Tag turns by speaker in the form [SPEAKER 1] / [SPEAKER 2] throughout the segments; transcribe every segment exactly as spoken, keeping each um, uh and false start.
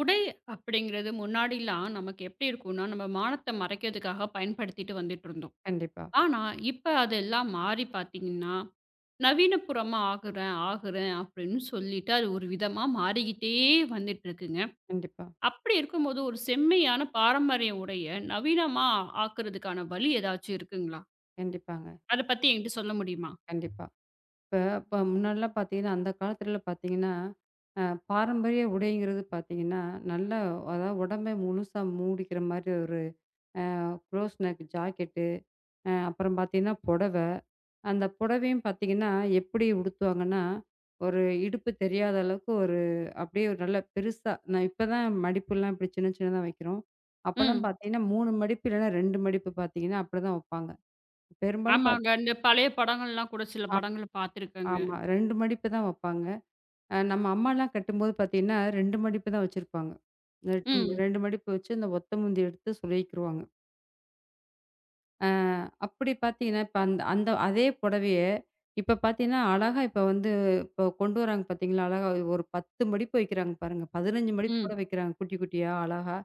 [SPEAKER 1] உடை அப்படிங்கிறது முன்னாடிலாம் நமக்கு எப்படி இருக்கும்னா, நம்ம மானத்த மறைக்கிறதுக்காக பயன்படுத்திட்டு வந்துட்டு இருந்தோம்.
[SPEAKER 2] கண்டிப்பா,
[SPEAKER 1] ஆனா, இப்ப அதெல்லாம் மாறி பார்த்தீங்கன்னா, நவீனபுறமா ஆகுறேன், ஆகுறேன் அப்படின்னு சொல்லிட்டு அது ஒரு விதமா மாறிக்கிட்டே வந்துட்டு இருக்குங்க.
[SPEAKER 2] கண்டிப்பா,
[SPEAKER 1] அப்படி இருக்கும்போது ஒரு செம்மையான பாரம்பரிய உடைய நவீனமா ஆக்குறதுக்கான வழி ஏதாச்சும் இருக்குங்களா?
[SPEAKER 2] கண்டிப்பாங்க.
[SPEAKER 1] அத பத்தி என்கிட்ட சொல்ல முடியுமா?
[SPEAKER 2] கண்டிப்பா. இப்ப இப்ப முன்னாடிலாம் பார்த்தீங்கன்னா, அந்த காலத்துலலாம் பார்த்தீங்கன்னா, அ பாரம்பரிய உடைங்கிறது பார்த்தீங்கன்னா, நல்லா அதாவது உடம்பை முழுசா மூடிக்கிற மாரி ஒரு அ க்ளோஸ் நெக் ஜாக்கெட்டு, அ அப்புறம் பார்த்தீங்கன்னா புடவை. அந்த புடவையும் பார்த்தீங்கன்னா, எப்படி உடுத்துவாங்கன்னா, ஒரு இடுப்பு தெரியாத அளவுக்கு ஒரு அப்படியே ஒரு நல்ல பெருசா நான் இப்ப தான் மடிப்புலாம் இப்படி சின்ன சின்னதா வைக்கிறோம். அப்பலாம்
[SPEAKER 1] ம்.
[SPEAKER 2] பார்த்தீங்கன்னா மூணு மடிப்பு இல்லன்னா ரெண்டு மடிப்பு பார்த்தீங்கன்னா, அப்படிதான் வைப்பாங்க. பெரும்பாலும் பாத்
[SPEAKER 1] ஆமாங்க. இந்த பழைய படங்கள்லாம் கூட சில படங்கள பார்த்துருக்கேங்க.
[SPEAKER 2] ஆமா. ரெண்டு மடிப்பு தான் வப்பாங்க. அ நம்ம அம்மாலாம் கட்டும்போது பார்த்தீங்கன்னா, ரெண்டு மடிப்பு தான் வச்சிருப்பாங்க.
[SPEAKER 1] ம்.
[SPEAKER 2] ரெண்டு மடிப்பு வச்சு அந்த ஒத்த முந்தி எடுத்து சொருகிக்கிருவாங்க. அ அப்படி பார்த்தீங்கன்னா, இப்ப அந்த அந்த அதே புடவைய இப்ப பார்த்தீங்கன்னா, அழகா இப்ப வந்து இப்ப கொண்டு வராங்க பார்த்தீங்களா, அழகா ஒரு பத்து மடிப்பு வைக்கிறாங்க பாருங்க. பதினஞ்சு மடிப்பு
[SPEAKER 1] ம்.
[SPEAKER 2] கூட வைக்கிறாங்க குட்டி குட்டியா அழகா.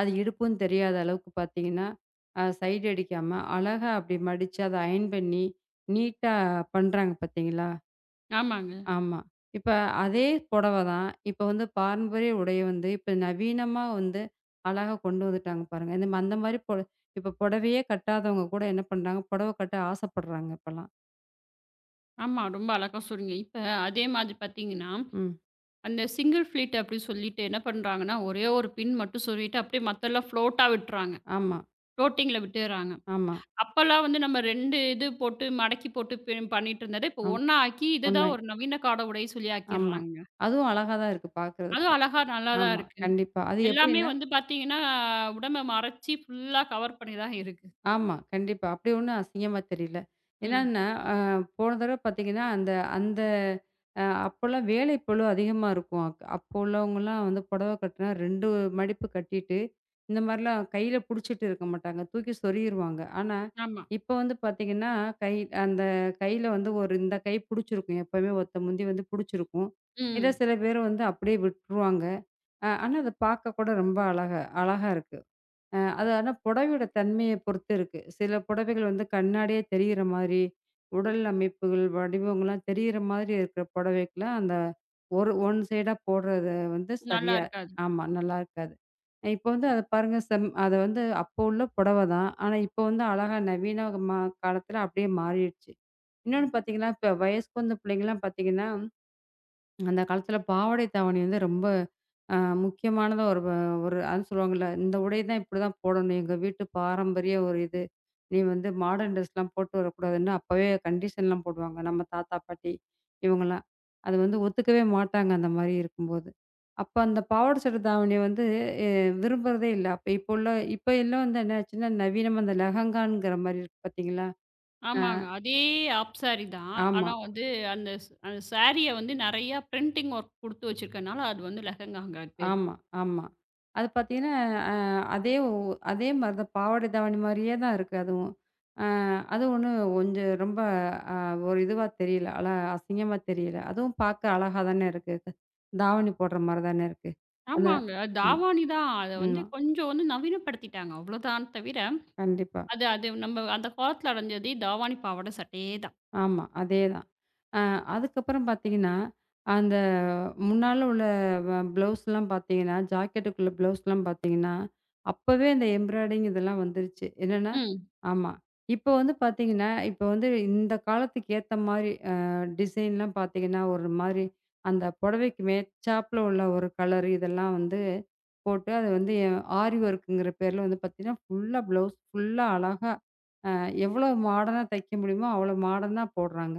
[SPEAKER 2] அது இடுப்பும் தெரியாத அளவுக்கு பார்த்தீங்கன்னா, அ சைடு அடிக்காம அழகா அப்படி மடிச்சு, அத அயன் பண்ணி நீட்டா பண்றாங்க பார்த்தீங்களா?
[SPEAKER 1] ஆமாங்க.
[SPEAKER 2] ஆமா. இப்ப அதே புடவ தான். இப்ப வந்து பாரம்பரிய உடைய வந்து இப்ப நவீனமா வந்து அழகா கொண்டு வந்துட்டாங்க பாருங்க. இந்த ம அந்த மாரி பொட இப்ப புடவையே கட்டாதவங்க கூட என்ன பண்றாங்க, புடவ கட்ட ஆசைப்படுறாங்க இப்பலாம்.
[SPEAKER 1] ஆமா. ரொம்ப அழகா சொன்னீங்க. இப்ப அதே மாதிரி பார்த்தீங்கன்னா,
[SPEAKER 2] ம்.
[SPEAKER 1] அந்த சிங்கிள் ஃபிளிட் அப்படின்னு சொல்லிட்டு என்ன பண்றாங்கன்னா, ஒரே ஒரு பின் மட்டும் சொருவிட்டு அப்படியே மத்தெல்லாம் ஃப்ளோட்டா விட்டுறாங்க.
[SPEAKER 2] ஆமா,
[SPEAKER 1] ஃப்ளோட்டிங்ல விட்டுர்றாங்க.
[SPEAKER 2] ஆமா,
[SPEAKER 1] அப்பல்லாம் வந்து நம்ம ரெண்டு இது போட்டு மடக்கி போட்டு பி பண்ணிட்டு இருந்தத, இப்போ
[SPEAKER 2] ஆமா.
[SPEAKER 1] ஒண்ணா ஆக்கி
[SPEAKER 2] உண்மை.
[SPEAKER 1] இதுதான் ஒரு நவீன காட உடை சொல்லி
[SPEAKER 2] ஆமா.
[SPEAKER 1] ஆக்கிர்றாங்க.
[SPEAKER 2] அதுவும் அழகா தான் இருக்கு பார்க்கறதுக்கு.
[SPEAKER 1] அதுவும் அழகா நல்லா தான்
[SPEAKER 2] ஆமா,
[SPEAKER 1] இருக்கு.
[SPEAKER 2] கண்டிப்பா. அது எப்படி
[SPEAKER 1] எல்லாமே வந்து பார்த்தீங்கன்னா, உடம்ப மறைச்சு ஃபுல்லா கவர் பண்ணி தான் இருக்கு.
[SPEAKER 2] ஆமா. கண்டிப்பா. அப்படி ஒண்ணும் அசிங்கமா தெரியல.
[SPEAKER 1] ம்.
[SPEAKER 2] என்னன்னா, அ போன தடவ பார்த்தீங்கன்னா, அந்த அந்த அ அப்போலாம் வேலைப்பளு அதிகமா இருக்கும். அக் அப்போ உள்ளவங்கலாம் வந்து புடவ கட்டினா ரெண்டு மடிப்பு கட்டிட்டு, இந்த மாரிலாம் கையில புடிச்சிட்டு இருக்க மாட்டாங்க. தூக்கி சொறியிருவாங்க. ஆனா,
[SPEAKER 1] ஆமா.
[SPEAKER 2] இப்போ வந்து பார்த்தீங்கன்னா, கை அந்த கையில வந்து ஒரு இந்த கை புடிச்சிருக்கும். எப்பவுமே ஒத்த முந்தி வந்து புடிச்சிருக்கும். இத
[SPEAKER 1] ம்.
[SPEAKER 2] சில பேர் வந்து அப்படியே விட்டுருவாங்க. அ ஆனா, அத பார்க்க கூட ரொம்ப அழகா அழகா இருக்கு. அ அது ஆனா புடவையோட தன்மைய பொறுத்து இருக்கு. சில புடவைகள் வந்து கண்ணாடியே தெரியிற மாரி, உடல் அமைப்புகள், வடிவங்கள்லாம் தெரியிற மாதிரி இருக்கிற புடவைக்குல அந்த ஒரு ஒன் சைடா போடுறது வந்து
[SPEAKER 1] நல்லா
[SPEAKER 2] சரியா
[SPEAKER 1] இருக்கு.
[SPEAKER 2] ஆமா நல்லா இருக்காது. இப்போ வந்து அத பாருங்க செம் அது வந்து அப்போ உள்ள புடவ தான். ஆனா இப்போ வந்து அழகா நவீன மா காலத்துல அப்படியே மாறிடுச்சு. இன்னொன்னு பார்த்தீங்கன்னா, இப்ப வயசுக்கு வந்த பிள்ளைங்கலாம் பார்த்தீங்கன்னா அந்த காலத்துல பாவாடை தாவணி வந்து ரொம்ப அ முக்கியமானதா ஒரு வ ஒரு அது சொல்லுவாங்கல்ல, "இந்த உடை தான் இப்படிதான் போடணும். எங்க வீட்டு பாரம்பரிய ஒரு இது. நீ வந்து மாடர்ன் ட்ரெஸ்லாம் போட்டு வரக்கூடாதுன்னு" அப்பவே கண்டிஷன்லாம் போடுவாங்க. நம்ம தாத்தா, பாட்டி இவங்கலாம். அது வந்து ஒத்துக்கவே மாட்டாங்க அந்த மாரி இருக்கும்போது. அப்ப அந்த பாவாடை சட்டை தாவணிய வந்து எ விரும்புறதே இல்ல. அப்ப இப்போ உள்ள இப்ப எல்லாம் வந்து என்ன ஆச்சுன்னா, நவீனமா அந்த லெஹங்காங்கிற மாரி இருக்கு பார்த்தீங்களா? அ.
[SPEAKER 1] ஆமாங்க. அதே ஆப் சாரி தான்.
[SPEAKER 2] ஆமா.
[SPEAKER 1] ஆனா வந்து அந்த ஸ் அந்த சாரிய வந்து நெறையா பிரிண்டிங் ஒர்க் குடுத்து வச்சிருக்கனால, அது வந்து லெஹெங்காங்க அது பேரு.
[SPEAKER 2] ஆமா, ஆமா. அது பார்த்தீங்கன்னா, அ அதே ஒ அதே மாரி தான் பாவாடை தாவணி மாரியே தான் இருக்கு அதுவும். அ அது ஒண்ணும் கொஞ்சம் ரொம்ப அ ஒரு இதுவா தெரியல. அல அசிங்கமா தெரியல. அதுவும் பார்க்க அழகா தானே இருக்கு. தாவணி போடுற மாரி தானே இருக்கு. அத
[SPEAKER 1] ஆமாங்க. அது
[SPEAKER 2] ம்.
[SPEAKER 1] தாவாணி தான். அத வந்து
[SPEAKER 2] ஆமா.
[SPEAKER 1] கொஞ்சம் வந்து நவீனப்படுத்திட்டாங்க. அவ்வளோதான் தவிர,
[SPEAKER 2] கண்டிப்பா.
[SPEAKER 1] அது அது நம்ம அந்த காலத்துல அடைஞ்சதே தாவாணி பாவாட சட்டையே தான்.
[SPEAKER 2] ஆமா. அதேதான். அ அதுக்கப்புறம் பார்த்தீங்கன்னா, அந்த முன்னால உள்ள வ ப்ளவுஸ்லாம் பார்த்தீங்கன்னா, ஜாக்கெட்டுக்குள்ள ப்ளவுஸ்லாம் பார்த்தீங்கன்னா, அப்பவே அந்த எம்ப்ராய்டிங் இதெல்லாம் வந்துருச்சு. என்னன்னா
[SPEAKER 1] ம்.
[SPEAKER 2] ஆமா. இப்போ வந்து பார்த்தீங்கன்னா, இப்போ வந்து இந்த காலத்துக்கு ஏத்த மாரி அ டிசைன்லாம் பார்த்தீங்கன்னா, ஒரு மாரி அந்த புடவைக்கு மேச்சாப்ல உள்ள ஒரு கலர் இதெல்லாம் வந்து போட்டு, அது வந்து ஆரி ஒர்க்குங்கிற பேர்ல வந்து பார்த்தீங்கன்னா, ஃபுல்லா ப்ளவுஸ் ஃபுல்லா அழகா அ எவ்வளோ மாடர்னா தைக்க முடியுமோ, அவ்வளோ மாடர்னா போடுறாங்க.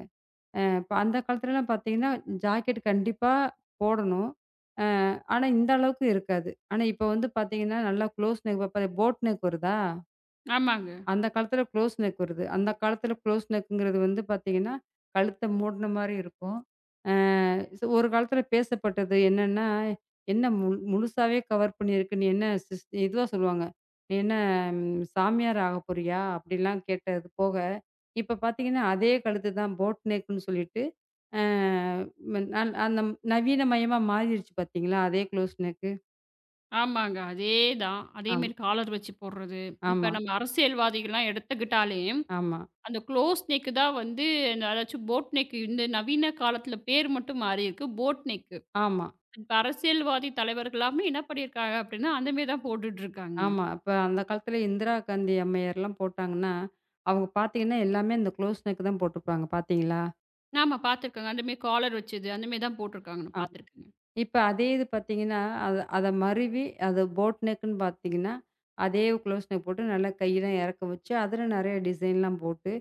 [SPEAKER 2] அ இப்ப அந்த காலத்துலலாம் பார்த்தீங்கன்னா, ஜாக்கெட் கண்டிப்பா போடணும். அ ஆனா, இந்த அளவுக்கு இருக்காது. ஆனா, இப்ப வந்து பார்த்தீங்கன்னா, நல்லா க்ளோஸ் நெக் இப்ப போட் நெக் வருதா?
[SPEAKER 1] ஆமாங்க.
[SPEAKER 2] அந்த காலத்துல க்ளோஸ் நெக் வருது. அந்த காலத்துல க்ளோஸ் நெக்குங்கிறது வந்து பார்த்தீங்கன்னா, கழுத்த மூடுன மாரி இருக்கும். அ ஒரு காலத்துல பேசப்பட்டது என்னன்னா, "என்ன முழு முழுசாவே கவர் பண்ணியிருக்கு. நீ என்ன சிஸ்" இதுவா சொல்லுவாங்க. "நீ என்ன ம், சாமியார் ஆகப் போறியா?" அப்படிலாம் கேட்டது போக, இப்ப பார்த்தீங்கன்னா, அதே கழுத்து தான் போட் நெக்குன்னு சொல்லிட்டு, அ நல் அந்த நவீனமயமா மாறிருச்சு பார்த்தீங்களா? அதே க்ளோஸ் நெக்கு.
[SPEAKER 1] ஆமாங்க. அதே தான்.
[SPEAKER 2] ஆமா,
[SPEAKER 1] அதேமாரி காலர் வச்சு போடுறது. இப்ப
[SPEAKER 2] ஆமா,
[SPEAKER 1] நம்ம அரசியல்வாதிகள்லாம் எடுத்துக்கிட்டாலே,
[SPEAKER 2] ஆமா,
[SPEAKER 1] அந்த க்ளோஸ் நெக் தான் வந்து அந்த- அதாச்சும் போட் நெக் இந்த நவீன காலத்துல பேர் மட்டும் மாறியிருக்கு. Boat neck.
[SPEAKER 2] ஆமா.
[SPEAKER 1] இப்ப அரசியல்வாதி தலைவர்கள்லாமே என்ன பண்ணியிருக்காங்க அப்படின்னா, அந்த மாரி தான் போட்டுட்டு இருக்காங்கங்க.
[SPEAKER 2] ஆமா. அப்ப அந்த காலத்துல இந்திரா காந்தி அம்மையார்லாம் போட்டாங்கன்னா, அவங்க பார்த்தீங்கன்னா, எல்லாமே இந்த க்ளோஸ் நெக் தான் போட்டிருப்பாங்க பார்த்தீங்களா?
[SPEAKER 1] நாம பார்த்துருக்கோங்க. அந்த மாரி காலர் வச்சது, அந்த மாரி தான் போட்டுருக்காங்க. நான்
[SPEAKER 2] ஆமா.
[SPEAKER 1] பார்த்துருக்கேங்க.
[SPEAKER 2] இப்ப அதே இது பார்த்தீங்கன்னா, அத அத மருவி அத போட் நெக்குன்னு பார்த்தீங்கன்னா, அதே க்ளோஸ் நெக் போட்டு நல்லா கையெல்லாம் இறக்க வச்சு, அதுல நெறைய டிசைன்லாம் போட்டு,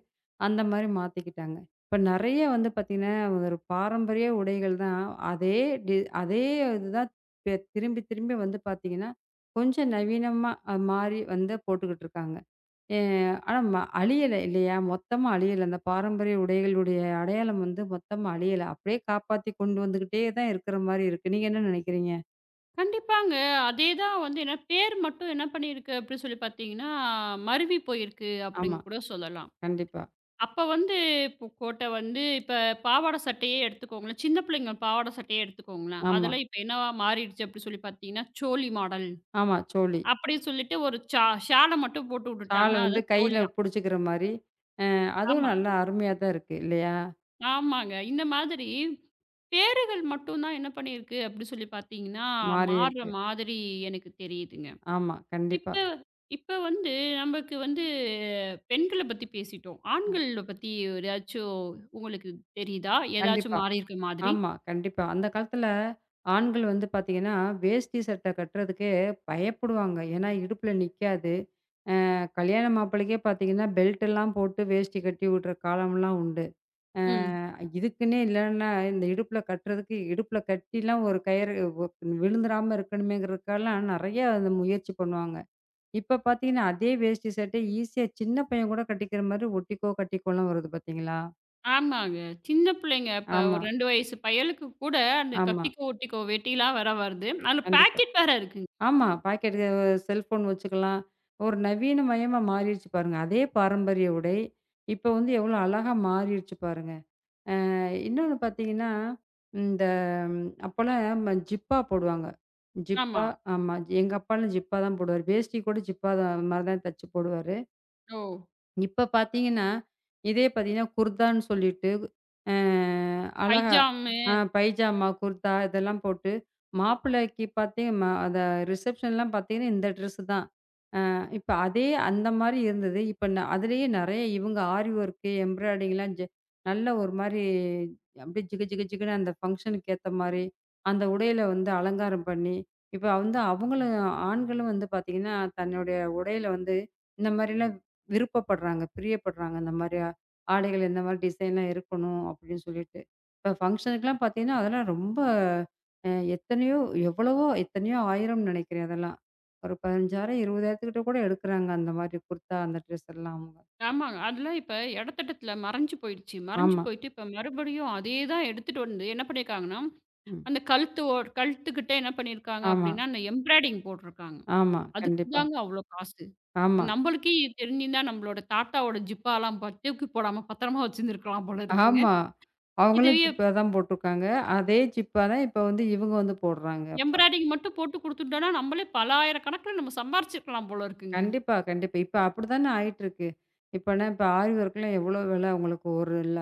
[SPEAKER 2] அந்த மாரி மாத்திக்கிட்டாங்க. இப்ப நெறைய வந்து பார்த்தீங்கன்னா, ஒரு பாரம்பரிய உடைகள் தான் அதே டி அதே இதுதான் பெ திரும்பி திரும்பி வந்து பார்த்தீங்கன்னா, கொஞ்சம் நவீனமா அ மாறி வந்து போட்டுக்கிட்டு இருக்காங்க. எ ஆனா ம அழியல இல்லையா? மொத்தமா அழியல. அந்த பாரம்பரிய உடைகளுடைய அடையாளம் வந்து மொத்தமா அழியல. அப்படியே காப்பாத்தி கொண்டு வந்துகிட்டே தான் இருக்கிற மாரி இருக்கு. நீங்க என்ன நினைக்கிறீங்க?
[SPEAKER 1] கண்டிப்பாங்க. அதே தான் வந்து என்ன பேர் மட்டும் என்ன பண்ணியிருக்கு அப்படின்னு சொல்லி பார்த்தீங்கன்னா, மருவி போயிருக்கு
[SPEAKER 2] ஆமா,
[SPEAKER 1] அப்படின்னு கூட சொல்லலாம்.
[SPEAKER 2] கண்டிப்பா.
[SPEAKER 1] அப்ப வந்து இப்போ கோட்டை வந்து இப்ப பாவாடை சட்டையே எடுத்துக்கோங்களேன். சின்ன பிள்ளைங்க பாவாடை சட்டையே எடுத்துக்கோங்களேன்.
[SPEAKER 2] ஆமா,
[SPEAKER 1] அதெல்லாம் இப்ப என்னவா மாறிடுச்சு அப்படின்னு சொல்லி பார்த்தீங்கன்னா, சோலி மாடல்
[SPEAKER 2] ஆமா. சோலி.
[SPEAKER 1] அப்படின்னு சொல்லிட்டு ஒரு சா ஷால மட்டும் போட்டு
[SPEAKER 2] ஷால்
[SPEAKER 1] விட்டுட்டாங்க.
[SPEAKER 2] வந்து
[SPEAKER 1] அதான்
[SPEAKER 2] கையில
[SPEAKER 1] சோலியாம்.
[SPEAKER 2] புடிச்சுக்கிற மாரி. அ அதுவும்
[SPEAKER 1] ஆமா.
[SPEAKER 2] நல்லா அருமையா தான் இருக்கு இல்லையா?
[SPEAKER 1] ஆமாங்க. இந்த மாதிரி பேறுகள் மட்டும் தான் என்ன பண்ணியிருக்கு அப்படி சொல்லி பார்த்தீங்கன்னா,
[SPEAKER 2] மாறி
[SPEAKER 1] மாறுற
[SPEAKER 2] இருக்கு.
[SPEAKER 1] மாதிரி எனக்கு தெரியுதுங்க.
[SPEAKER 2] ஆமா, கண்டிப்பா.
[SPEAKER 1] இப்ப இப்ப வந்து நமக்கு வந்து பெண்கள பத்தி பேசிட்டோம்.
[SPEAKER 2] ம்.
[SPEAKER 1] ஆண்கள பத்தி எதாச்சும் உங்களுக்கு தெரியுதா?
[SPEAKER 2] கண்டிப்பா.
[SPEAKER 1] ஏதாச்சும் மாறியிருக்க மாதிரி?
[SPEAKER 2] ஆமா, கண்டிப்பா. அந்த காலத்துல ஆண்கள் வந்து பார்த்தீங்கன்னா, வேஷ்டி சட்டை கட்டுறதுக்கே பயப்படுவாங்க. ஏன்னா, இடுப்புல நிக்காது. கல்யாண மாப்பிள்ளைக்கே பார்த்தீங்கன்னா, பெல்ட் எல்லாம் போட்டு வேஷ்டி கட்டி விடுற காலம்லாம் உண்டு.
[SPEAKER 1] ம்.
[SPEAKER 2] அ இதுக்குன்னே இல்லன்னா, இந்த இடுப்புல கட்டுறதுக்கு இடுப்புல கட்டிலாம் ஒரு கயிறு ஒ விழுந்துராம இருக்கணுமேங்கிறதுக்கெல்லாம் நெறைய அந்த முயற்சி பண்ணுவாங்க. இப்ப பார்த்தீங்கன்னா, அதே வேஷ்டி சட்டை ஈஸியா சின்ன பையன் கூட கட்டிக்கிற மாரி ஒட்டிக்கோ, கட்டிக்கோலாம் வருது பார்த்தீங்களா?
[SPEAKER 1] ஆமாங்க. சின்ன பிள்ளைங்க இப்ப
[SPEAKER 2] ஆமா,
[SPEAKER 1] ஒரு ரெண்டு வயசு பையலுக்கு கூட அந்த
[SPEAKER 2] ஆமா.
[SPEAKER 1] கட்டிக்கோ, ஒட்டிக்கோ, வெட்டிலாம் வேற வருது. அதுல
[SPEAKER 2] கண்டிப்பா.
[SPEAKER 1] பாக்கெட் வேற இருக்குங்க.
[SPEAKER 2] ஆமா. பாக்கெட் செல்ஃபோன் வச்சுக்கலாம். ஒரு நவீனமயமா மாறிருச்சு பாருங்க. அதே பாரம்பரிய உடை, இப்ப வந்து எவ்வளோ அழகா மாறிருச்சு பாருங்க. இன்னொன்னு பார்த்தீங்கன்னா, இந்த அப்போலாம் ம ஜிப்பா போடுவாங்க. ஜிப்பா
[SPEAKER 1] ஆமா.
[SPEAKER 2] ஆமா. எங்க அப்பாலாம் ஜிப்பா தான் போடுவாரு. வேஷ்டி கூட ஜிப்பா தான் அது மாரி தான் தச்சு போடுவாரு.
[SPEAKER 1] ஓ!
[SPEAKER 2] இப்ப பார்த்தீங்கன்னா, இதே பார்த்தீங்கன்னா, குர்தான்னு சொல்லிட்டு, அ அழகா
[SPEAKER 1] பைஜாம்.
[SPEAKER 2] ஆ பைஜாமா, குர்தா இதெல்லாம் போட்டு மாப்பிள்ளைக்கு பார்த்தீங்க ம அத ரிசப்ஷன்லாம் பார்த்தீங்கன்னா, இந்த ட்ரெஸ்ஸு தான். இப்ப அதே அந்த மாரி இருந்தது. இப்ப ந அதிலேயே நெறைய இவங்க ஆரி ஒர்க்கு, எம்ப்ராய்டிங்லாம் ஜ நல்ல ஒரு மாரி அப்படியே ஜிகு ஜிகு ஜிகுன்னு அந்த ஃபங்ஷனுக்கு ஏத்த மாரி, அந்த உடையில வந்து அலங்காரம் பண்ணி, இப்ப வந்து அவங்களும் ஆண்களும் வந்து பார்த்தீங்கன்னா, தன்னுடைய உடையில வந்து இந்த மாரிலாம் விருப்பப்படுறாங்க, பிரியப்படுறாங்க. இந்த மாரி ஆடைகள் இந்த மாரி டிசைன்லாம் இருக்கணும் அப்படின்னு சொல்லிட்டு. இப்ப ஃபங்ஷனுக்குலாம் பார்த்தீங்கன்னா, அதெல்லாம் ரொம்ப அ எத்தனையோ எவ்வளவோ எத்தனையோ 1000ம்னு நெனைக்கிறேன் அதெல்லாம். ஒரு பதினையாயிரம், இருபதாயிரம் கிட்ட கூட எடுக்குறாங்க. அந்த மாரி குர்த்தா, அந்த ட்ரெஸ் எல்லாம் அவங்க.
[SPEAKER 1] ஆமாங்க. அதெல்லாம் இப்ப எடத்திட்டத்துல மறைஞ்சு போயிடுச்சு. மறைஞ்சு
[SPEAKER 2] ஆமா.
[SPEAKER 1] போயிட்டு, இப்ப மறுபடியும் அதே தான் எடுத்துட்டு வந்து என்ன பண்ணியிருக்காங்கன்னா,
[SPEAKER 2] ம்.
[SPEAKER 1] அந்த கழுத்து ஓ கழுத்துக்கிட்ட என்ன பண்ணியிருக்காங்க
[SPEAKER 2] ஆமா.
[SPEAKER 1] அப்படின்னா, அந்த எம்ப்ராய்டிங் போட்டிருக்காங்க.
[SPEAKER 2] ஆமா.
[SPEAKER 1] அதுக்கு
[SPEAKER 2] கண்டிப்பா.
[SPEAKER 1] தாங்க அவ்வளோ காசு.
[SPEAKER 2] ஆமா.
[SPEAKER 1] நம்மளுக்கே தெரிஞ்சிருந்தா நம்மளோட தாத்தாவோட ஜிப்பாலாம் ப தூக்கி போடாம பத்திரமா வச்சிருந்துருக்கலாம் போல இருக்குங்க.
[SPEAKER 2] ஆமா.
[SPEAKER 1] இது
[SPEAKER 2] அவங்களும் ஜிப்பா தான் போட்டுருக்காங்க. அதே ஜிப்பா தான் இப்ப வந்து இவங்க வந்து போடுறாங்க அப்ப.
[SPEAKER 1] எம்ப்ராய்டிங் மட்டும் போட்டு குடுத்துட்டோம்னா, நம்மளே பல ஆயிரக்கணக்கில நம்ம சம்பாரிச்சிருக்கலாம் போல இருக்குங்க.
[SPEAKER 2] கண்டிப்பா, கண்டிப்பா. இப்ப அப்படித்தானே ஆயிட்டுருக்கு. இப்பன்னா இப்ப ஆரி ஒர்க்லாம் எவ்வளோ விலை உங்களுக்கு ஒரு இல்ல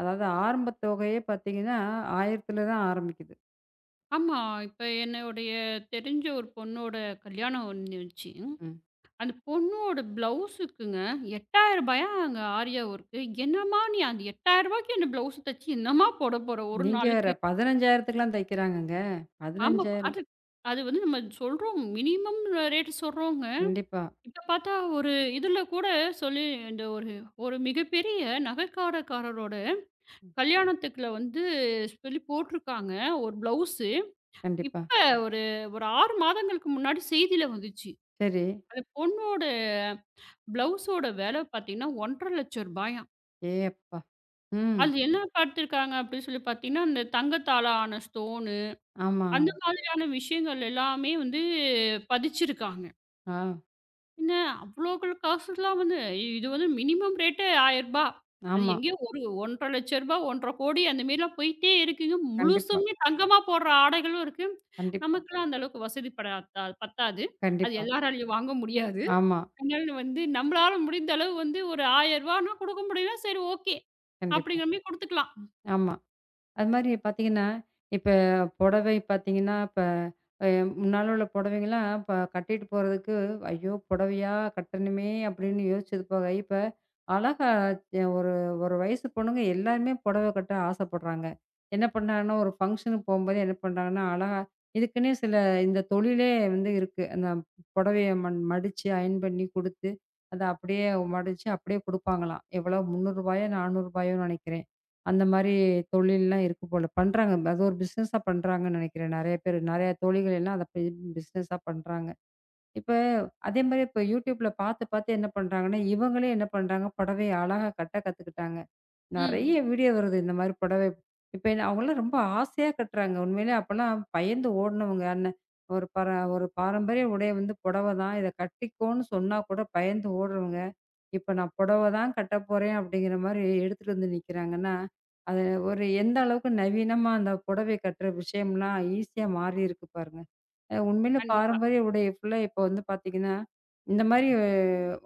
[SPEAKER 2] அதாவது ஆரம்பத் தொகையே பார்த்தீங்கன்னா, ஆயிரம் தான் ஆரம்பிக்குது.
[SPEAKER 1] ஆமா, இப்ப என்னுடைய தெரிஞ்ச ஒரு பொண்ணோட கல்யாணம் வந்துச்சு.
[SPEAKER 2] ம்.
[SPEAKER 1] அந்த பொண்ணோட பிளவுஸுக்குங்க ரூபாயாங்க ஆரியா ஒர்க்கு. என்னம்மா நீ அந்த ரூ. எட்டாயிரத்துக்கு அந்த பிளவுஸ் தச்சு என்னம்மா போட போற ஒரு
[SPEAKER 2] நீங்க வேற
[SPEAKER 1] நாளுக்கு?
[SPEAKER 2] 15,000த்துக்குலாம் தைக்கிறாங்கங்க.
[SPEAKER 1] ஆமா.
[SPEAKER 2] பதினையாயிரம்
[SPEAKER 1] அது அது வந்து நம்ம சொல்றோம். மினிமம் ரேட் சொல்றோங்க.
[SPEAKER 2] கண்டிப்பா,
[SPEAKER 1] இப்ப பார்த்தா ஒரு இதுல கூட சொல்லி இந்த ஒரு ஒரு மிகப்பெரிய நகைக்கடைக்காரரோட கல்யாணத்துக்குள்ள வந்து சொல்லி போட்டிருக்காங்க ஒரு பிளவுஸு.
[SPEAKER 2] கண்டிப்பா.
[SPEAKER 1] இப்ப ஒரு ஒரு ஆறு மாதங்களுக்கு முன்னாடி செய்தியில வந்துச்சு.
[SPEAKER 2] சரி.
[SPEAKER 1] அந்த பொண்ணோட பிளவுஸோட விலை பார்த்தீங்கன்னா, ஒரு லட்சத்து,ஐம்பதாயிரம் ரூபாயாம்.
[SPEAKER 2] ஏ அப்பா! ம்.
[SPEAKER 1] அது என்ன பார்த்துருக்காங்க அப்படின்னு சொல்லி பார்த்தீங்கன்னா, அந்த தங்கத்தால ஆன ஸ்டோனு,
[SPEAKER 2] ஆமா.
[SPEAKER 1] அந்த மாதிரியான விஷயங்கள் எல்லாமே வந்து பதிச்சிருக்காங்க.
[SPEAKER 2] ஆ.
[SPEAKER 1] என்ன அவ்வளோ காசுலாம் வந்து இது வந்து மினிமம் ரேட்டே ரூ. ஆயிரம் அது
[SPEAKER 2] ஆமா.
[SPEAKER 1] எங்கேயோ ஒரு ரூ. ஒரு லட்சத்து,ஐம்பதாயிரம் ரூ. ஒரு லட்சத்து,ஐம்பதாயிரம் அந்த மாரிலாம் போயிட்டே இருக்குங்க.
[SPEAKER 2] கண்டிப்பா,
[SPEAKER 1] முழுசுமே தங்கமா போடுற ஆடைகளும் இருக்கு.
[SPEAKER 2] கண்டிப்பா,
[SPEAKER 1] நமக்கெல்லாம் அந்த அளவுக்கு வசதி படாதா பத்தாது. அது
[SPEAKER 2] கண்டிப்பா.
[SPEAKER 1] எல்லாராலயும் வாங்க முடியாது.
[SPEAKER 2] ஆமா.
[SPEAKER 1] அதனால வந்து நம்மளால முடிந்த அளவு வந்து ஒரு ரூ. ஆயிரம்னா கொடுக்க முடியல சரி ஓகே.
[SPEAKER 2] கண்டிப்பா.
[SPEAKER 1] அப்படிங்கிற மாரி குடுத்துக்கலாம்.
[SPEAKER 2] ஆமா. அது மாரி பார்த்தீங்கன்னா, இப்ப புடவை பார்த்தீங்கன்னா, இப்ப அ முன்னால உள்ள புடவைங்கலாம் இப்ப கட்டிட்டு போறதுக்கு, "ஐயோ! புடவையா கட்டணுமே!" அப்படின்னு யோசிச்சது போக, இப்ப அழகா எ ஒரு ஒரு வயசு பொண்ணுங்க எல்லாருமே புடவை கட்ட ஆசைப்படுறாங்க. என்ன பண்றாங்கன்னா, ஒரு ஃபங்ஷனுக்கு போம்போது என்ன பண்றாங்கன்னா, அழகா இதுக்குன்னே சில இந்த தொழிலே வந்து இருக்கு. அந்த புடவைய மன் மடிச்சு, அயர்ன் பண்ணி குடுத்து, அத அப்படியே மடிச்சு அப்படியே குடுப்பாங்களாம். எவ்வளோ ரூ. முந்நூறு ரூபாயோ, ரூ. 400யோன்னு நெனைக்கிறேன். அந்த மாரி தொழில்லாம் இருக்கு போல. பண்றாங்க. அது ஒரு பிசினஸா பண்றாங்கன்னு நெனைக்கிறேன். நெறைய பேரு. நெறைய தோழிகள் எல்லாம் அத போய் பிசினஸா பண்றாங்க. இப்ப அதே மாரி இப்ப YouTubeல பாத்து, பாத்து என்ன பண்றாங்கன்னா, இவங்களே என்ன பண்றாங்க, புடவைய அழகா கட்ட கத்துக்கிட்டாங்க. நெறைய
[SPEAKER 1] ம்.
[SPEAKER 2] வீடியோ வருது இந்த மாரி புடவை. இப்ப என்ன அவங்கலாம் ரொம்ப ஆசையா கட்டுறாங்க. உண்மையிலே அப்பலாம் பயந்து ஓடுனவங்க. அன்ன ஒரு பர ஒரு பாரம்பரிய உடை வந்து புடவை தான். இத கட்டிக்கோன்னு சொன்னா கூட பயந்து ஓடுறவங்க, இப்ப நான் புடவை தான் கட்ட போறேன் அப்படிங்கிற மாரி எடுத்துட்டு வந்து நிக்கிறாங்கன்னா, அது ஒரு எந்த அளவுக்கு நவீனமா அந்த புடவை கட்டுற விஷயம்லாம் ஈஸியா மாறியிருக்கு பாருங்க. அ உண்மையில
[SPEAKER 1] கண்டிப்பா.
[SPEAKER 2] பாரம்பரிய உடை ஃபுல்லா இப்போ வந்து பார்த்தீங்கன்னா, இந்த மாரி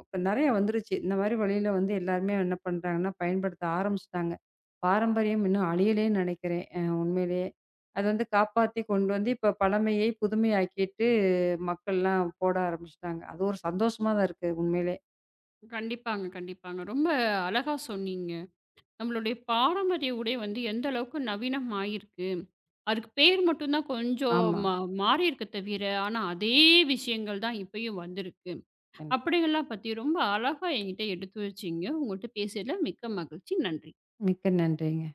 [SPEAKER 2] இப்ப நெறைய வந்துருச்சு. இந்த மாரி வழியில வந்து எல்லாருமே என்ன பண்றாங்கன்னா, பயன்படுத்த ஆரம்பிச்சுட்டாங்க. பாரம்பரியம் இன்னும் அழியலேன்னு நெனைக்கிறேன், அ உண்மையிலேயே. அது வந்து காப்பாத்தி கொண்டு வந்து இப்ப பழமையை புதுமையாக்கிட்டு மக்கள்லாம் போட ஆரம்பிச்சுட்டாங்க. அது ஒரு சந்தோஷமா தான் இருக்கு உண்மையிலே.
[SPEAKER 1] கண்டிப்பாங்க, கண்டிப்பாங்க. ரொம்ப அழகா சொன்னீங்க. நம்மளுடைய பாரம்பரிய உடை வந்து எந்த அளவுக்கு நவீனமாயிருக்கு. அதுக்கு பேர் மட்டும் தான் கொஞ்சம்
[SPEAKER 2] ஆமா.
[SPEAKER 1] மா மாறியிருக்கு தவிர, ஆனா அதே விஷயங்கள் தான் இப்பயும் வந்திருக்கு.
[SPEAKER 2] கண்டிப்பா.
[SPEAKER 1] அப்படிங்கலாம் பத்தி ரொம்ப அழகா என்கிட்ட எடுத்து வச்சீங்க. உங்கள்ட்ட பேசியதில மிக்க மகிழ்ச்சி. நன்றி.
[SPEAKER 2] மிக்க நன்றிங்க.